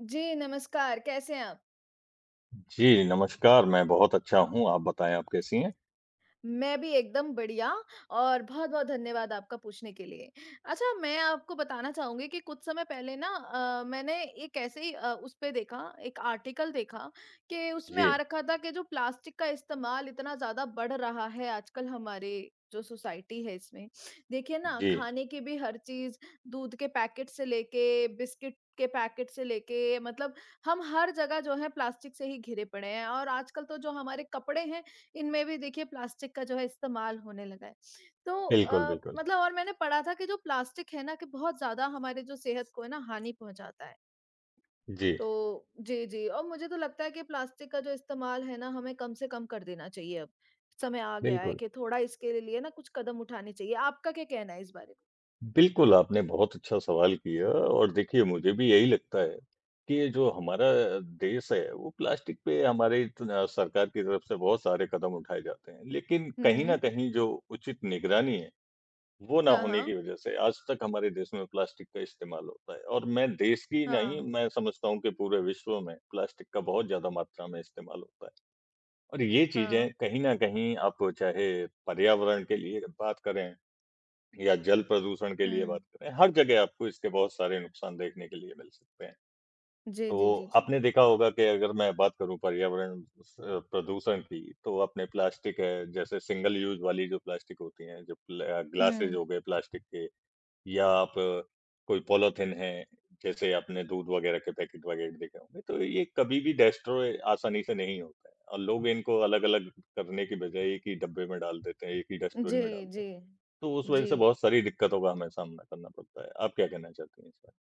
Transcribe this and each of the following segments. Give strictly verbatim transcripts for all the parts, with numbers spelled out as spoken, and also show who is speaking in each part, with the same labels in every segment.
Speaker 1: जी, नमस्कार, कैसे हैं आप?
Speaker 2: जी, नमस्कार, मैं बहुत अच्छा हूँ, आप बताएँ आप कैसी हैं?
Speaker 1: मैं भी एकदम बढ़िया और बहुत-बहुत धन्यवाद आपका पूछने के लिए। अच्छा मैं आपको बताना चाहूँगी कि कुछ समय पहले ना अ, मैंने एक ऐसे ही अ, उस पे देखा, एक आर्टिकल देखा कि उसमें आ
Speaker 2: जी,
Speaker 1: रखा था कि जो प्लास्टिक का इस्तेमाल इतना ज़्यादा बढ़ रहा है आजकल हमारे जो सोसाइटी है इसमें। देखिए ना
Speaker 2: जी,
Speaker 1: खाने की भी हर चीज़, दूध के पैकेट से लेके, बिस्किट के पैकेट से लेके मतलब हम हर जगह जो है प्लास्टिक से ही घिरे पड़े हैं और आजकल तो जो हमारे कपड़े हैं इनमें भी देखिए प्लास्टिक का जो है इस्तेमाल होने लगा है। तो
Speaker 2: बिल्कुल,
Speaker 1: अ,
Speaker 2: बिल्कुल।
Speaker 1: मतलब और मैंने पढ़ा था कि जो प्लास्टिक है ना कि बहुत ज़्यादा हमारे जो सेहत को है ना हानि पहुँचाता है।
Speaker 2: जी,
Speaker 1: तो जी, जी और मुझे तो लगता है कि प्लास्टिक का जो इस्तेमाल है ना हमें कम से कम कर देना चाहिए अब। समय आ गया है
Speaker 2: बिल्कुल।
Speaker 1: कि थोड़ा इसके लिए ना कुछ कदम उठाने चाहिए। आपका क्या कहना है इस बारे में?
Speaker 2: बिल्कुल, आपने बहुत अच्छा सवाल किया और देखिए मुझे भी यही लगता है कि ये जो हमारा देश है, वो प्लास्टिक पे हमारे त अ, सरकार की तरफ से बहुत सारे कदम उठाए जाते हैं। लेकिन कहीं न
Speaker 1: हुँ।
Speaker 2: कहीं जो उचित निगरानी है, वो ना
Speaker 1: हाँ,
Speaker 2: होने की
Speaker 1: हाँ।
Speaker 2: वजह से आज तक हमारे देश में प्लास्टिक का इस्तेमाल होता है और मैं देश की नहीं,
Speaker 1: हाँ,
Speaker 2: मैं समझता हूँ कि पूरे विश्व में प्लास्टिक का बहुत ज़्यादा मात्रा में इस्तेमाल होता है। और ये
Speaker 1: हाँ।
Speaker 2: चीज़ें कहीं न कहीं आप चाहे पर्यावरण के लिए बात करें या जल प्रदूषण के
Speaker 1: हुँ।
Speaker 2: लिए बात करें, हर जगह आपको इसके बहुत सारे नुकसान देखने के लिए मिल सकते हैं।
Speaker 1: जी, जी,
Speaker 2: तो
Speaker 1: जी, जी।
Speaker 2: आपने देखा होगा कि अगर मैं बात करूँ पर्यावरण स प्रदूषण की, तो अपने प्लास्टिक है, जैसे सिंगल यूज़ वाली जो प्लास्टिक होती हैं, जो प्ल ग्लासेज़
Speaker 1: हुँ।
Speaker 2: हो गए प्लास्टिक के या आप कोई पॉलीथिन है, जैसे आपने दूध वगैरह के पैकेट वगैरह देखे होंगे, तो ये कभी भी डेस्ट्रॉय आसानी से नहीं होता है और लोग इनको अलग-अलग करने की बजाय एक ही डब्बे में डाल देते हैं, एक ही डस्टबिन
Speaker 1: जी,
Speaker 2: में डालते हैं।
Speaker 1: जी।
Speaker 2: तो उस वजह
Speaker 1: जी।
Speaker 2: से बहुत सारी दिक्कतों का हमें सामना करना पड़ता है। आप क्या कहना चाहती हैं इस पर?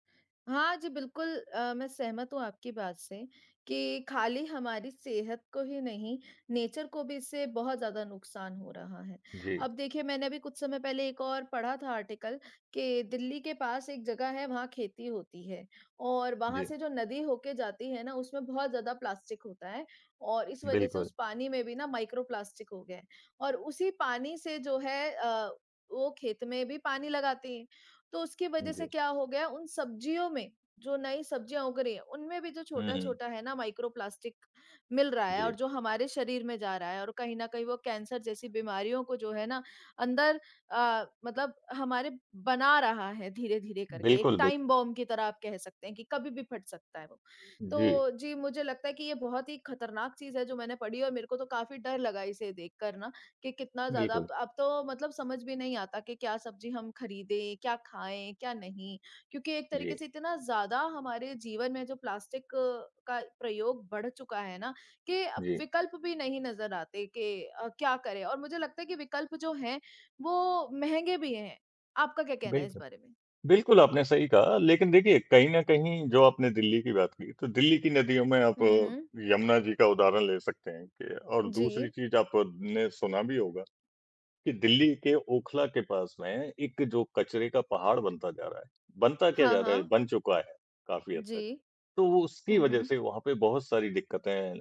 Speaker 1: हाँ जी, बिल्कुल अ, मैं सहमत हूँ आपकी बात से कि खाली हमारी सेहत को ही नहीं, नेचर को भी इससे बहुत ज़्यादा नुकसान हो रहा है।
Speaker 2: जी,
Speaker 1: अब देखिए मैंने अभी कुछ समय पहले एक और पढ़ा था आर्टिकल कि दिल्ली के पास एक जगह है वहाँ खेती होती है और वहाँ
Speaker 2: जी,
Speaker 1: से जो नदी होके जाती है ना, उसमें बहुत ज़्यादा प्लास्टिक होता है और इस वज़ह से
Speaker 2: बिल्कुल,
Speaker 1: उस पानी में भी ना माइक्रो प्लास्टिक हो गए हैं और उसी पानी से जो है अ, वो खेत में भी पानी लगाती हैं। तो उसकी वजह से
Speaker 2: जी।
Speaker 1: क्या हो गया उन सब्जियों में जो नई सब्जियां उग रही है उनमें भी जो
Speaker 2: हुँ,
Speaker 1: छोटा
Speaker 2: हुँ,
Speaker 1: छोटा है ना माइक्रो प्लास्टिक मिल रहा है
Speaker 2: जी।
Speaker 1: और जो हमारे शरीर में जा रहा है और कहीं ना कहीं वो कैंसर जैसी बीमारियों को जो है ना अंदर आ, मतलब हमारे बना रहा है धीरे धीरे करके एक
Speaker 2: बिल्कुल, बिल्कुल।
Speaker 1: टाइम बॉम्ब की तरह आप कह सकते हैं कि कभी भी फट सकता है वो तो
Speaker 2: जी,
Speaker 1: जी मुझे लगता है कि ये बहुत ही खतरनाक चीज है जो मैंने पढ़ी और मेरे को तो काफी डर लगा इसे देख कर ना कि कितना ज़्यादा
Speaker 2: बिल्कुल।
Speaker 1: अब अब तो मतलब समझ भी नहीं आता कि क्या सब्जी हम खरीदें, क्या खाएँ, क्या नहीं? क्योंकि एक
Speaker 2: जी,
Speaker 1: तरीके से इतना ज़्यादा हमारे जीवन में जो प्लास्टिक अ, का प्रयोग बढ़ चुका है ना, कि अब
Speaker 2: जी,
Speaker 1: विकल्प भी नहीं नज़र आते कि अ, क्या करें? और मुझे लगता है कि विकल्प जो हैं, वो महँगे भी हैं। आपका क्या कहना है इस
Speaker 2: बिल्कुल।
Speaker 1: बारे में?
Speaker 2: बिल्कुल, आपने सही कहा, लेकिन देखिए कहीं न कहीं जो आपने दिल्ली की बात की, तो दिल्ली की नदियों में आप
Speaker 1: हुँ,
Speaker 2: अ,
Speaker 1: हुँ।
Speaker 2: यमुना जी का उदाहरण ले सकते हैं कि और
Speaker 1: जी।
Speaker 2: दूसरी चीज़ आपने सुना भी होगा कि दिल्ली के ओखला के पास में एक जो कचरे का पहाड़ बनता जा रहा है। बनता क्या
Speaker 1: हाँ,
Speaker 2: जा रहा है,
Speaker 1: हाँ।
Speaker 2: बन चुका है काफ़ी हद
Speaker 1: जी।
Speaker 2: तक। तो उसकी
Speaker 1: हुँ,
Speaker 2: वजह
Speaker 1: हुँ।
Speaker 2: से वहाँ पे बहुत सारी दिक्कतें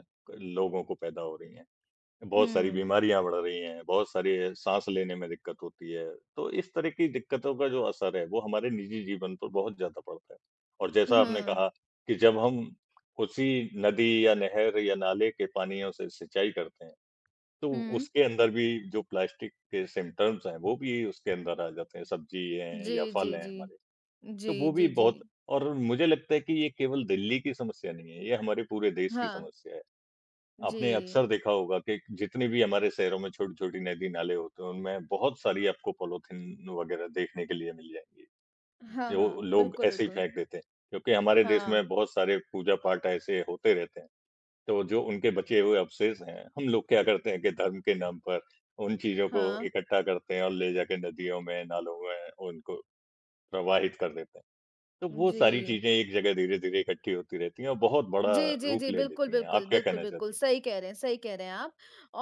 Speaker 2: लोगों को पैदा हो रही हैं। बहुत सारी
Speaker 1: हुँ।
Speaker 2: बीमारियाँ बढ़ रही हैं, बहुत सारी साँस लेने में दिक्कत होती है, तो इस तरह की दिक्कतों का जो असर है, वो हमारे निजी जीवन पर बहुत ज़्यादा पड़ता है। और जैसा आपने
Speaker 1: हुँ।
Speaker 2: कहा कि जब हम उसी नदी या नहर या नाले के पानियों से सिंचाई करते हैं, तो
Speaker 1: हुँ।
Speaker 2: उसके अंदर भी जो प्लास्टिक के सिम्पटम्स हैं, वो भी उसके अंदर आ जाते हैं, सब्ज़ी हैं
Speaker 1: जी,
Speaker 2: या
Speaker 1: जी,
Speaker 2: फल हैं
Speaker 1: जी।
Speaker 2: हमारे, तो
Speaker 1: जी,
Speaker 2: वो भी
Speaker 1: जी, जी।
Speaker 2: बहुत और मुझे लगता है कि ये केवल दिल्ली की समस्या नहीं है, ये हमारे पूरे देश की
Speaker 1: हाँ।
Speaker 2: समस्या है।
Speaker 1: जी।
Speaker 2: आपने अक्सर देखा होगा कि जितनी भी हमारे शहरों में छोटी-छोटी नदी-नाले होते हैं, उनमें बहुत सारी आपको पॉलीथीन वगैरह देखने के लिए मिल जाएँगी,
Speaker 1: हाँ, हाँ।
Speaker 2: जो लोग
Speaker 1: बिल्कुल,
Speaker 2: ऐसे ही
Speaker 1: बिल्कुल।
Speaker 2: फेंक देते हैं। क्योंकि हमारे देश
Speaker 1: हाँ,
Speaker 2: में बहुत सारे पूजा-पाठ ऐसे होते रहते हैं, तो जो उनके बचे हुए अवशेष हैं, हम लोग क्या करते हैं कि धर्म के नाम पर उन चीज़ों को
Speaker 1: हाँ।
Speaker 2: इकट्ठा करते हैं और ले जाके नदियों में, नालों में उनको प्रवाहित कर देते हैं। तो वो
Speaker 1: जी।
Speaker 2: सारी चीज़ें एक जगह धीरे-धीरे इकट्ठी होती रहती हैं और बहुत बड़ा
Speaker 1: जी, जी,
Speaker 2: रूप
Speaker 1: जी।
Speaker 2: ले
Speaker 1: बिल्कुल,
Speaker 2: लेती हैं। आप
Speaker 1: बिल्कुल,
Speaker 2: क्या
Speaker 1: बिल्कुल,
Speaker 2: कहना
Speaker 1: बिल्कुल।
Speaker 2: चाहती हैं?
Speaker 1: सही कह रहे हैं, सही कह रहे हैं आप।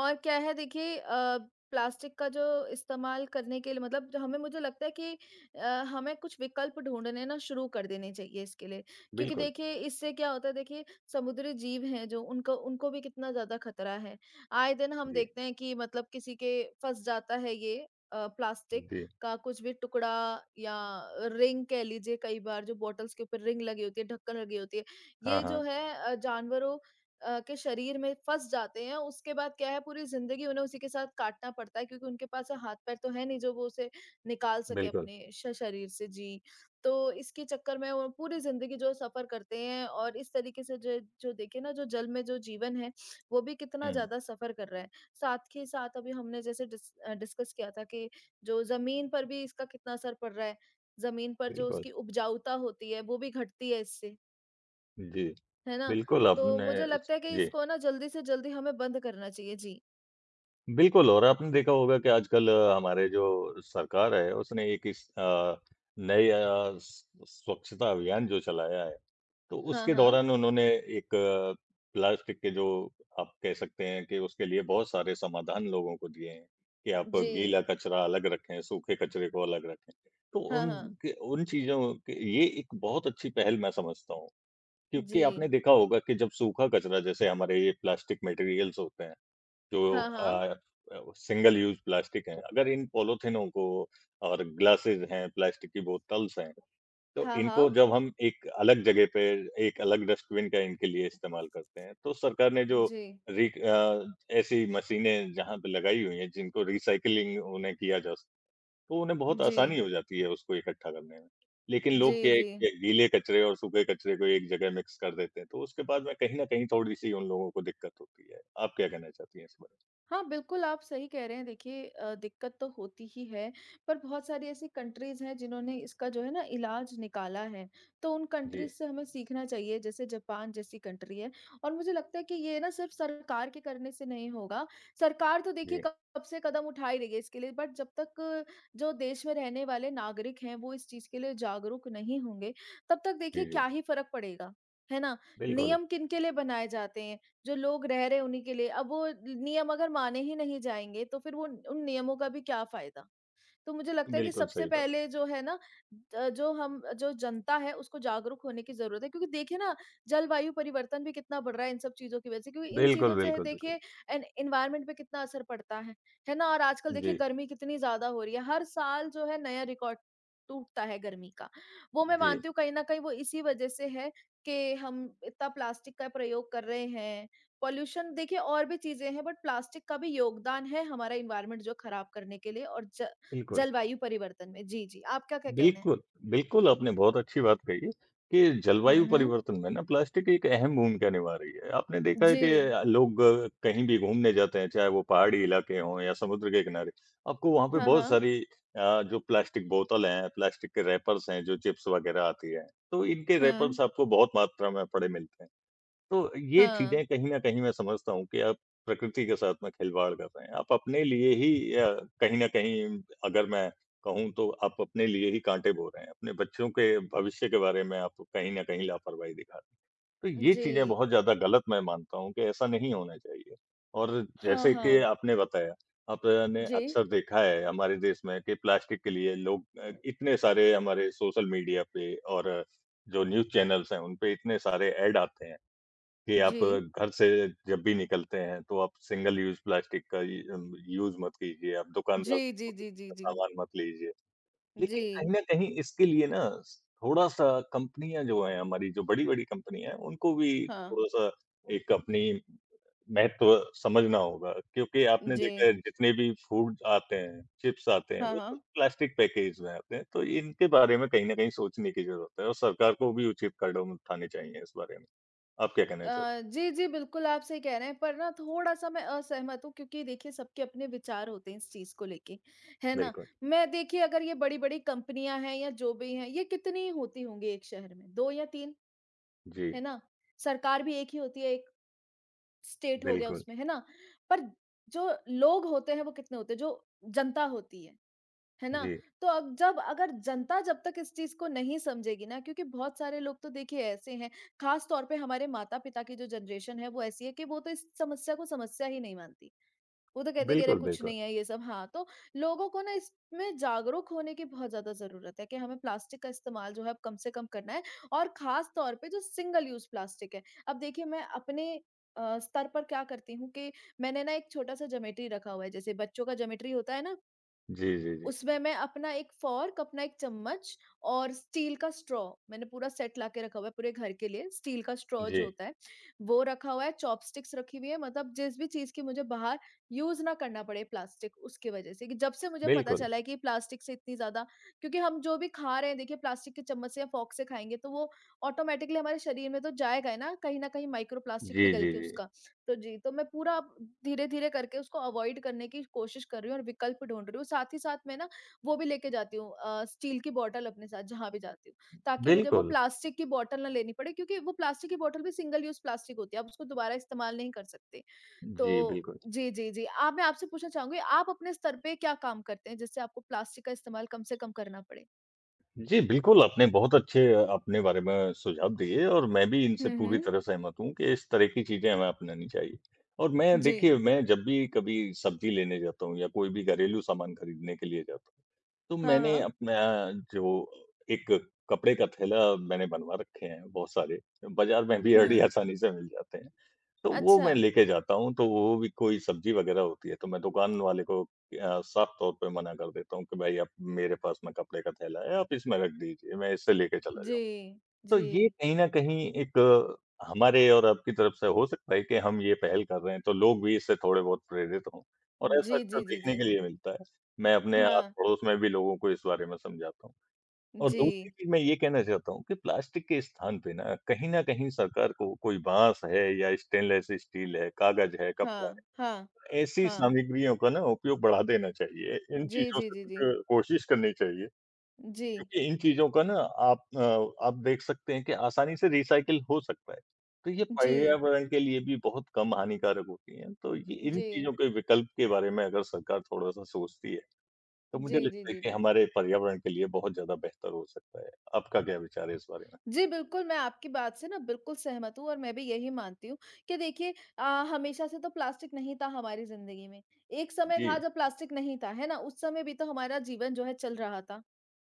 Speaker 1: और क्या है देखिए अ, प्लास्टिक का जो इस्तेमाल करने के लिए मतलब जो हमें मुझे लगता है कि अ, हमें कुछ विकल्प ढूँढने ना शुरू कर देने चाहिए इसके लिए। क्योंकि
Speaker 2: बिल्कुल।
Speaker 1: देखिए इससे क्या होता है देखिए समुद्री जीव हैं जो उनको उनको भी कितना ज़्यादा खतरा है। आए दिन हम
Speaker 2: जी।
Speaker 1: देखते हैं कि मतलब किसी के फँस जाता है ये अ, प्लास्टिक
Speaker 2: जी,
Speaker 1: का कुछ भी टुकड़ा या रिंग कह लीजिए कई बार जो बॉटल्स के ऊपर रिंग लगी होती है, ढक्कन लगी होती है।
Speaker 2: हाँ,
Speaker 1: ये
Speaker 2: हाँ,
Speaker 1: जो है अ, जानवरों अ, के शरीर में फँस जाते हैं, उसके बाद क्या है पूरी ज़िंदगी उन्हें उसी के साथ काटना पड़ता है क्योंकि उनके पास हाथ-पैर तो है नहीं जो वो उसे निकाल सके
Speaker 2: बिल्कुल।
Speaker 1: अपने श शरीर से। जी, तो इसके चक्कर में वो पूरी ज़िंदगी जो सफ़र करते हैं और इस तरीके से जो जो देखिए ना जो जल में जो जीवन है, वो भी कितना
Speaker 2: हुँ।
Speaker 1: ज़्यादा सफ़र कर रहा है। साथ ही साथ अभी हमने जैसे डिस अ, डिस्कस किया था कि जो ज़मीन पर भी इसका कितना असर पड़ रहा है। ज़मीन पर जो
Speaker 2: बिल्कुल,
Speaker 1: उसकी उपजाऊता होती है, वो भी घटती है इससे।
Speaker 2: जी,
Speaker 1: है ना?
Speaker 2: बिल्कुल
Speaker 1: तो
Speaker 2: आपने
Speaker 1: मुझे
Speaker 2: स
Speaker 1: लगता है कि
Speaker 2: जी,
Speaker 1: इसको ना जल्दी से जल्दी हमें बंद करना चाहिए। जी।
Speaker 2: बिल्कुल और आपने देखा होगा कि आजकल अ, हमारे जो सरकार है उसने एक इस अ, नए अ, स स्वच्छता अभियान जो चलाया है, तो
Speaker 1: हाँ,
Speaker 2: उसके
Speaker 1: हाँ।
Speaker 2: दौरान उन्होंने एक अ, प्लास्टिक के जो आप कह सकते हैं कि उसके लिए बहुत सारे समाधान लोगों को दिए हैं, कि आप
Speaker 1: जी।
Speaker 2: गीला कचरा अलग रखें, सूखे कचरे को अलग रखें। तो
Speaker 1: हाँ,
Speaker 2: उन
Speaker 1: हाँ।
Speaker 2: के उन चीज़ों के ये एक बहुत अच्छी पहल मैं समझता हूँ। क्योंकि
Speaker 1: जी।
Speaker 2: आपने देखा होगा कि जब सूखा कचरा जैसे हमारे ये प्लास्टिक मटेरियल्स होते हैं जो
Speaker 1: हाँ, हाँ।
Speaker 2: अ, अ, सिंगल यूज प्लास्टिक हैं अगर इन पॉलीथिनों को और ग्लासेस हैं प्लास्टिक की बोतल्स हैं तो
Speaker 1: हाँ,
Speaker 2: इनको
Speaker 1: हाँ।
Speaker 2: जब हम एक अलग जगह पे एक अलग डस्टबिन का इनके लिए इस्तेमाल करते हैं तो सरकार ने जो
Speaker 1: जी।
Speaker 2: री अ, ऐसी मशीनें जहाँ पे लगाई हुई हैं जिनको रिसाइकलिंग उन्हें किया जा तो उन्हें बहुत
Speaker 1: जी।
Speaker 2: आसानी हो जाती है उसको इकट्ठा करने में। लेकिन
Speaker 1: जी,
Speaker 2: लोग क्या है
Speaker 1: जी।
Speaker 2: कि गीले कचरे और सूखे कचरे को एक जगह मिक्स कर देते हैं, तो उसके बाद में कहीं न कहीं थोड़ी-सी उन लोगों को दिक्कत होती है। आप क्या कहना चाहती हैं इस बारे
Speaker 1: हाँ, बिल्कुल, आप सही कह रहे हैं। देखिए अ, दिक्कत तो होती ही है, पर बहुत सारी ऐसी कंट्रीज़ हैं जिन्होंने इसका जो है ना इलाज निकाला है, तो उन
Speaker 2: में? जी,
Speaker 1: कंट्रीज़ से हमें सीखना चाहिए, जैसे जापान जैसी कंट्री है। और मुझे लगता है कि ये ना सिर्फ़ सरकार के करने से नहीं होगा, सरकार तो देखिए
Speaker 2: जी,
Speaker 1: कब कब से कदम उठा ही रही है इसके लिए, बट जब तक अ, जो देश में रहने वाले नागरिक हैं, वो इस चीज़ के लिए जागरूक नहीं होंगे, तब तक
Speaker 2: जी,
Speaker 1: देखिए
Speaker 2: जी।
Speaker 1: क्या ही फ़र्क पड़ेगा, है ना?
Speaker 2: बिल्कुल,
Speaker 1: नियम किनके लिए बनाए जाते हैं? जो लोग रह रहे हैं उन्हीं के लिए। अब वो नियम अगर माने ही नहीं जाएँगे तो फिर वो उन नियमों का भी क्या फ़ायदा? तो मुझे लगता है कि
Speaker 2: बिल्कुल
Speaker 1: सबसे
Speaker 2: सही बात।
Speaker 1: पहले जो है ना अ, जो हम जो जनता है उसको जागरूक होने की जरूरत है क्योंकि देखिए ना जलवायु परिवर्तन भी कितना बढ़ रहा है इन सब चीजों की वजह से क्योंकि इन
Speaker 2: बिल्कुल,
Speaker 1: चीजों से
Speaker 2: बिल्कुल, बिल्कुल।
Speaker 1: देखिए एनवायरमेंट पे कितना असर पड़ता है है ना और आजकल देखिए
Speaker 2: जी,
Speaker 1: गर्मी कितनी ज्यादा हो रही है हर साल जो है नया रिकॉर्ड टूटता है गर्मी का वो मैं
Speaker 2: जी,
Speaker 1: मानती हूँ कहीं ना कहीं वो इसी वजह से है कि हम इतना प्लास्टिक का प्रयोग कर रहे हैं पॉल्यूशन देखिए और भी चीजें हैं बट प्लास्टिक का भी योगदान है हमारा इन्वायरमेंट जो खराब करने के लिए और ज-
Speaker 2: बिल्कुल।
Speaker 1: जलवायु परिवर्तन में। जी, जी, आपका क्या कहना है?
Speaker 2: बिल्कुल, बिल्कुल, आपने बहुत अच्छी बात कही है कि जलवायु
Speaker 1: हुँ, हुँ।
Speaker 2: परिवर्तन में ना प्लास्टिक एक अहम भूमिका निभा रही है। आपने देखा है
Speaker 1: जी।
Speaker 2: कि अ, लोग कहीं भी घूमने जाते हैं, चाहे वो पहाड़ी इलाके हों या समुद्र के किनारे, आपको वहाँ पे
Speaker 1: हाँ,
Speaker 2: बहुत
Speaker 1: हाँ।
Speaker 2: सारी अ, जो प्लास्टिक बोतल हैं, प्लास्टिक के रैपर्स हैं, जो चिप्स वगैरह आती हैं, तो इनके
Speaker 1: हुँ,
Speaker 2: रैपर्स आपको बहुत मात्रा में पड़े मिलते हैं। तो ये
Speaker 1: हाँ।
Speaker 2: चीज़ें कहीं न कहीं मैं समझता हूँ कि आप प्रकृति के साथ में खिलवाड़ कर रहे हैं। आप अपने लिए ही अ, कहीं न कहीं अगर मैं कहूँ तो आप अपने लिए ही काँटे बो रहे हैं। अपने बच्चों के भविष्य के बारे में आप कहीं न कहीं लापरवाही दिखा रहे हैं। तो ये
Speaker 1: जी।
Speaker 2: चीज़ें बहुत ज़्यादा गलत मैं मानता हूँ कि ऐसा नहीं होना चाहिए। और
Speaker 1: हाँ,
Speaker 2: जैसे कि
Speaker 1: हाँ।
Speaker 2: आपने बताया, आपने
Speaker 1: जी,
Speaker 2: अक्सर देखा है हमारे देश में कि प्लास्टिक के लिए लोग अ, इतने सारे हमारे सोशल मीडिया पे और जो न्यूज़ चैनल्स हैं उन पे इतने सारे ऐड आते हैं। कि आप
Speaker 1: जी।
Speaker 2: घर से जब भी निकलते हैं, तो आप सिंगल यूज़ प्लास्टिक का इ अम, यूज़ मत कीजिए, आप दुकानदार
Speaker 1: जी,
Speaker 2: से
Speaker 1: जी,
Speaker 2: बहुत
Speaker 1: जी, जी, जी।
Speaker 2: सामान मत लीजिए। लेकिन कहीं
Speaker 1: जी,
Speaker 2: न कहीं इसके लिए ना थोड़ा-सा कंपनियाँ जो हैं हमारी, जो बड़ी-बड़ी कंपनियाँ हैं, उनको भी
Speaker 1: हाँ।
Speaker 2: थोड़ा-सा एक अपनी महत्व समझना होगा क्योंकि आपने
Speaker 1: जी।
Speaker 2: देखा है जितने भी फूड आते हैं, चिप्स आते हैं,
Speaker 1: हाँ,
Speaker 2: वो सब
Speaker 1: हाँ।
Speaker 2: प्लास्टिक पैकेज में आते हैं, तो इनके बारे में कहीं न कहीं सोचने की ज़रूरत है और सरकार को भी उचित कदम उठाने चाहिए इस बारे में। आप क्या कहना चाह
Speaker 1: अ, जी, जी, बिल्कुल आप सही कह रहे हैं, पर ना थोड़ा-सा मैं असहमत हूँ क्योंकि देखिए सबके अपने विचार होते हैं इस चीज़ को लेके, है ना?
Speaker 2: बिल्कुल।
Speaker 1: मैं देखिए अगर ये बड़ी-बड़ी कंपनियाँ हैं या जो भी हैं, ये कितनी होती होंगी एक शहर में? दो या तीन,
Speaker 2: जी,
Speaker 1: है ना? सरकार भी एक ही होती है एक स्टेट हो गया
Speaker 2: बिल्कुल।
Speaker 1: उसमें है ना पर जो लोग होते हैं वो कितने होते हैं जो जनता होती है है ना
Speaker 2: जी,
Speaker 1: तो अब जब अगर जनता जब तक इस चीज को नहीं समझेगी ना क्योंकि बहुत सारे लोग तो देखिए ऐसे हैं खास तौर पे हमारे माता पिता की जो जनरेशन है वो ऐसी है कि वो तो इस समस्या को समस्या ही नहीं मानती वो तो कहते हैं कि अरे
Speaker 2: बिल्कुल,
Speaker 1: कुछ
Speaker 2: बिल्कुल।
Speaker 1: नहीं है ये सब हाँ, तो लोगों को ना इसमें जागरूक होने की बहुत ज़्यादा ज़रूरत है कि हमें प्लास्टिक का इस्तेमाल जो है अब कम से कम करना है और ख़ास तौर पे जो सिंगल यूज़ प्लास्टिक है। अब देखिए मैं अपने अ, स्तर पर क्या करती हूँ कि मैंने ना एक छोटा-सा ज्योमेट्री रखा हुआ है, जैसे बच्चों का ज्योमेट्री होता है ना
Speaker 2: जी, जी, जी।
Speaker 1: उसमें मैं अपना एक फ़ॉर्क, अपना एक चम्मच और स्टील का स्ट्रॉ मैंने पूरा सेट ला के रखा हुआ है पूरे घर के लिए। स्टील का स्ट्रॉ
Speaker 2: जी,
Speaker 1: जो होता है, वो रखा हुआ है, चॉपस्टिक्स रखी हुई है, मतलब जिस भी चीज़ की मुझे बाहर यूज़ ना करना पड़े प्लास्टिक उसकी वज़ह से कि जब से मुझे पता
Speaker 2: बिल्कुल।
Speaker 1: चला है कि प्लास्टिक से इतनी ज़्यादा क्योंकि हम जो भी खा रहे हैं देखिए प्लास्टिक के चम्मच से या फ़ॉर्क से खाएँगे तो वो ऑटोमैटिकली हमारे शरीर में तो जाएगा ही ना, कहीं न कहीं माइक्रो प्लास्टिक
Speaker 2: जी,
Speaker 1: पिघल
Speaker 2: जी,
Speaker 1: के
Speaker 2: जी।
Speaker 1: उसका। तो जी, तो मैं पूरा धीरे-धीरे करके उसको अवॉइड करने की कोशिश कर रही हूँ और विकल्प ढूँढ रही हूँ। साथ ही साथ मैं ना वो भी लेके जाती हूँ अ, स्टील की बॉटल अपने साथ जहाँ भी जाती हूँ, ताकि मुझे वो
Speaker 2: बिल्कुल।
Speaker 1: प्लास्टिक की बॉटल ना लेनी पड़े क्योंकि वो प्लास्टिक की बॉटल भी सिंगल यूज़ प्लास्टिक होती है, आप उसको दोबारा इस्तेमाल नहीं कर सकते।
Speaker 2: जी,
Speaker 1: तो
Speaker 2: बिल्कुल।
Speaker 1: जी, जी, जी। आप मैं आपसे पूछना चाहूँगी आप अपने स्तर पे क्या काम करते हैं जिससे आपको प्लास्टिक का इस्तेमाल कम से कम करना पड़े?
Speaker 2: जी, बिल्कुल, आपने बहुत अच्छे अपने बारे में सुझाव दिए और मैं भी इनसे
Speaker 1: हुँ,
Speaker 2: पूरी
Speaker 1: हुँ।
Speaker 2: तरह सहमत हूँ कि इस तरह की चीज़ें हमें अपनानी चाहिए। और मैं
Speaker 1: जी।
Speaker 2: देखिए, मैं जब भी कभी सब्ज़ी लेने जाता हूँ या कोई भी घरेलू सामान खरीदने के लिए जाता हूँ, तो
Speaker 1: हाँ,
Speaker 2: मैंने
Speaker 1: हाँ।
Speaker 2: अपना जो एक कपड़े का थैला मैंने बनवा रखे हैं बहुत सारे, बाज़ार में भी बड़ी
Speaker 1: हुँ।
Speaker 2: आसानी से मिल जाते हैं। तो वो
Speaker 1: अच्छा।
Speaker 2: मैं लेके जाता हूँ, तो वो भी कोई सब्ज़ी वग़ैरह होती है, तो मैं दुकान वाले को अ, साफ़ तौर पे मना कर देता हूँ कि भाई आप मेरे पास में कपड़े का थैला है, आप इसमें रख दीजिए, मैं इससे लेके चला
Speaker 1: जी।
Speaker 2: जाऊँगा। तो
Speaker 1: जी।
Speaker 2: ये कहीं न कहीं एक अ, हमारे और आपकी तरफ से हो सकता है कि हम ये पहल कर रहे हैं, तो लोग भी इससे थोड़े बहुत प्रेरित हों और ऐसा
Speaker 1: जी,
Speaker 2: अक्सर
Speaker 1: जी, जी, जी।
Speaker 2: देखने के लिए मिलता है। मैं
Speaker 1: जी
Speaker 2: अपने
Speaker 1: हाँ।
Speaker 2: आस-पड़ोस में भी लोगों को इस बारे में समझाता हूँ। और दूसरी
Speaker 1: जी,
Speaker 2: चीज़ मैं ये कहना चाहता हूँ कि प्लास्टिक के स्थान पे ना कहीं न कहीं सरकार को कोई बाँस है या स्टेनलेस स्टील है, कागज़ है, कपड़ा
Speaker 1: हाँ, हाँ,
Speaker 2: है, ऐसी
Speaker 1: हाँ।
Speaker 2: सामग्रियों का ना उपयोग बढ़ा देना चाहिए। इन
Speaker 1: जी,
Speaker 2: चीज़ों
Speaker 1: जी,
Speaker 2: से
Speaker 1: जी, जी।
Speaker 2: कुछ कोशिश करनी चाहिए
Speaker 1: जी,
Speaker 2: क्योंकि इन चीज़ों का ना आप अ, आप देख सकते हैं कि आसानी से रिसाइकिल हो सकता है। तो ये
Speaker 1: जी,
Speaker 2: पर्यावरण के लिए भी बहुत कम हानिकारक होती हैं। तो ये इन
Speaker 1: जी,
Speaker 2: चीज़ों के विकल्प के बारे में अगर सरकार थोड़ा-सा सोचती है तो
Speaker 1: जी,
Speaker 2: मुझे
Speaker 1: जी,
Speaker 2: लगता है
Speaker 1: जी,
Speaker 2: कि
Speaker 1: जी।
Speaker 2: हमारे पर्यावरण के लिए बहुत ज़्यादा बेहतर हो सकता है। आपका क्या विचार है इस बारे में?
Speaker 1: जी, बिल्कुल, मैं आपकी बात से ना बिल्कुल सहमत हूँ और मैं भी यही मानती हूँ कि देखिए अ, हमेशा से तो प्लास्टिक नहीं था हमारी ज़िंदगी में। एक समय
Speaker 2: जी,
Speaker 1: था जब प्लास्टिक नहीं था, है ना? उस समय भी तो हमारा जीवन जो है चल रहा था।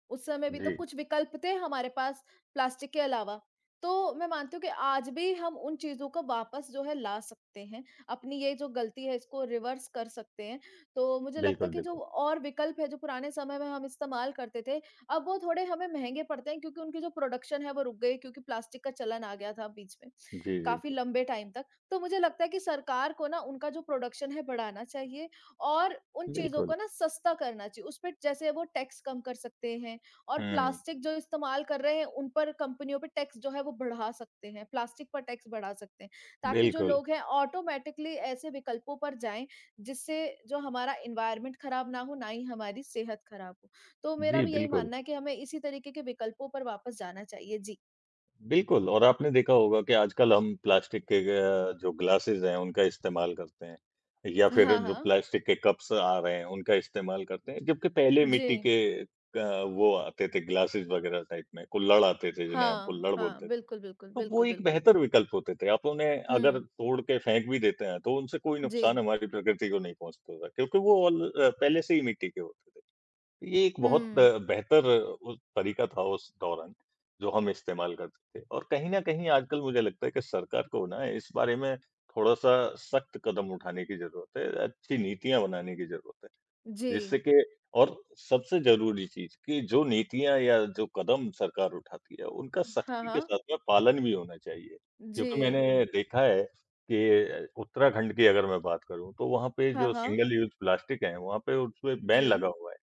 Speaker 1: उस समय भी तो
Speaker 2: जी।
Speaker 1: कुछ विकल्प थे हमारे पास प्लास्टिक के अलावा। तो मैं मानती हूँ कि आज भी हम उन चीज़ों को वापस जो है ला सकते हैं। अपनी ये जो गलती है इसको रिवर्स कर सकते हैं। तो मुझे लगता है
Speaker 2: बिल्कुल,
Speaker 1: कि जो
Speaker 2: बिल्कुल।
Speaker 1: और विकल्प है जो पुराने समय में हम इस्तेमाल करते थे, अब वो थोड़े हमें महँगे पड़ते हैं क्योंकि उनकी जो प्रोडक्शन है वो रुक गई क्योंकि प्लास्टिक का चलन आ गया था बीच में।
Speaker 2: जी, जी,
Speaker 1: काफ़ी
Speaker 2: जी।
Speaker 1: लंबे टाइम तक। तो मुझे लगता है कि सरकार को ना उनका जो प्रोडक्शन है बढ़ाना चाहिए और उन चीज़ों
Speaker 2: बिल्कुल।
Speaker 1: को ना सस्ता करना चाहिए। उसपे जैसे वो टैक्स कम कर सकते हैं और
Speaker 2: हुँ,
Speaker 1: प्लास्टिक जो इस्तेमाल कर रहे हैं उन पर कंपनियों पे टैक्स जो है वो बढ़ा सकते हैं, प्लास्टिक पर टैक्स बढ़ा सकते हैं। ताकि जो
Speaker 2: बिल्कुल।
Speaker 1: लोग हैं ऑटोमैटिकली ऐसे विकल्पों पर जाएँ जिससे जो हमारा एनवायरनमेंट खराब ना हो, ना ही हमारी सेहत खराब हो। तो मेरा
Speaker 2: जी,
Speaker 1: भी यही
Speaker 2: बिल्कुल।
Speaker 1: मानना है कि हमें इसी तरीके के विकल्पों पर वापस जाना चाहिए। जी।
Speaker 2: बिल्कुल और आपने देखा होगा कि आजकल हम प्लास्टिक के अ, जो ग्लासेज़ हैं उनका इस्तेमाल करते हैं या फिर
Speaker 1: हाँ,
Speaker 2: जो
Speaker 1: हाँ।
Speaker 2: प्लास्टिक के कप्स आ रहे हैं उनका इस्तेमाल करते हैं। जबकि पहले
Speaker 1: जी।
Speaker 2: मिट्टी के अ, वो आते थे ग्लासेज़ वग़ैरह टाइप में, कुल्हड़ आते थे जिन्हें हम
Speaker 1: हाँ,
Speaker 2: कुल्हड़ बोलते
Speaker 1: हाँ।
Speaker 2: थे।
Speaker 1: बिल्कुल, बिल्कुल,
Speaker 2: तो वो
Speaker 1: बिल्कुल,
Speaker 2: एक
Speaker 1: बिल्कुल।
Speaker 2: बेहतर विकल्प होते थे। आप उन्हें अगर
Speaker 1: हुँ,
Speaker 2: तोड़ के फेंक भी देते हैं, तो उनसे कोई
Speaker 1: जी।
Speaker 2: नुकसान हमारी प्रकृति को नहीं पहुँचता था, क्योंकि वो ऑल अ, पहले से ही मिट्टी के होते थे। ये एक बहुत अ,
Speaker 1: हुँ,
Speaker 2: बेहतर उ तरीका था उस दौरान, जो हम इस्तेमाल करते थे और कहीं न कहीं आजकल मुझे लगता है कि सरकार को ना इस बारे में थोड़ा-सा सख्त कदम उठाने की ज़रूरत है, अच्छी नीतियाँ बनाने की ज़रूरत है।
Speaker 1: जी।
Speaker 2: जिससे कि और सबसे ज़रूरी चीज़ कि जो नीतियाँ या जो कदम सरकार उठाती है, उनका
Speaker 1: हाँ,
Speaker 2: सख्ती के
Speaker 1: हाँ।
Speaker 2: साथ में पालन भी होना चाहिए।
Speaker 1: जी।
Speaker 2: क्योंकि मैंने देखा है कि उत्तराखंड की अगर मैं बात करूँ, तो वहाँ पे
Speaker 1: हाँ,
Speaker 2: जो
Speaker 1: हाँ।
Speaker 2: सिंगल यूज़ प्लास्टिक है, वहाँ पे उसपे बैन
Speaker 1: जी,
Speaker 2: लगा हुआ है।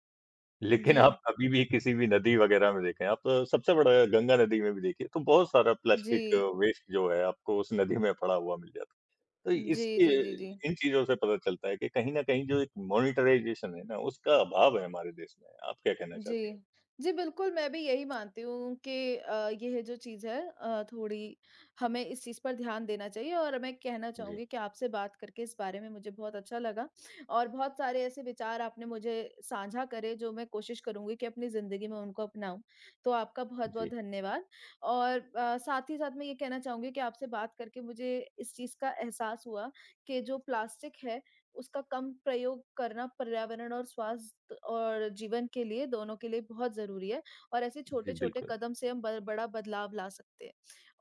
Speaker 2: लेकिन
Speaker 1: जी,
Speaker 2: आप कभी भी किसी भी नदी वगैरह में देखें, आप सबसे बड़ा गंगा नदी में भी देखिए, तो बहुत सारा
Speaker 1: जी।
Speaker 2: प्लास्टिक वेस्ट जो है, आपको उस नदी में पड़ा हुआ मिल जाता है। तो
Speaker 1: जी,
Speaker 2: इसके
Speaker 1: जी, जी, जी। जी
Speaker 2: इन चीज़ों से पता चलता है कि कहीं न कहीं जो एक मॉनिटराइज़ेशन है ना, उसका अभाव है हमारे देश में। आप क्या कहना
Speaker 1: जी।
Speaker 2: चाहती हैं?
Speaker 1: जी, बिल्कुल, मैं भी यही मानती हूँ कि अ, यह जो चीज़ है अ, थोड़ी हमें इस चीज़ पर ध्यान देना चाहिए और मैं कहना
Speaker 2: जी,
Speaker 1: चाहूँगी कि आपसे बात करके इस बारे में मुझे बहुत अच्छा लगा और बहुत सारे ऐसे विचार आपने मुझे साझा करे जो मैं कोशिश करूँगी कि अपनी ज़िंदगी में उनको अपनाऊँ। तो आपका बहुत-बहुत
Speaker 2: जी,
Speaker 1: धन्यवाद और अ, साथ ही साथ मैं ये कहना चाहूँगी कि आपसे बात करके मुझे इस चीज़ का एहसास हुआ कि जो प्लास्टिक है उसका कम प्रयोग करना पर्यावरण और स्वास्थ्य और जीवन के लिए दोनों के लिए बहुत ज़रूरी है और ऐसे
Speaker 2: जी,
Speaker 1: छोटे-छोटे
Speaker 2: बिल्कुल,
Speaker 1: कदम से हम ब बड़ा बदलाव ला सकते हैं।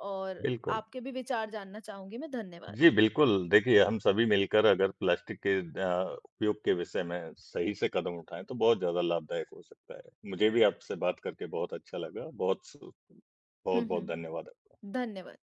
Speaker 1: और
Speaker 2: बिल्कुल।
Speaker 1: आपके भी विचार जानना चाहूँगी मैं। धन्यवाद।
Speaker 2: जी, बिल्कुल, देखिए हम सभी मिलकर अगर प्लास्टिक के अ, उपयोग के विषय में सही से कदम उठाएँ तो बहुत ज़्यादा लाभदायक हो सकता है। मुझे भी आपसे बात करके बहुत अच्छा लगा। बहुत सु
Speaker 1: हुँ,
Speaker 2: बहुत-बहुत
Speaker 1: हुँ।
Speaker 2: धन्यवाद आपका।
Speaker 1: धन्यवाद।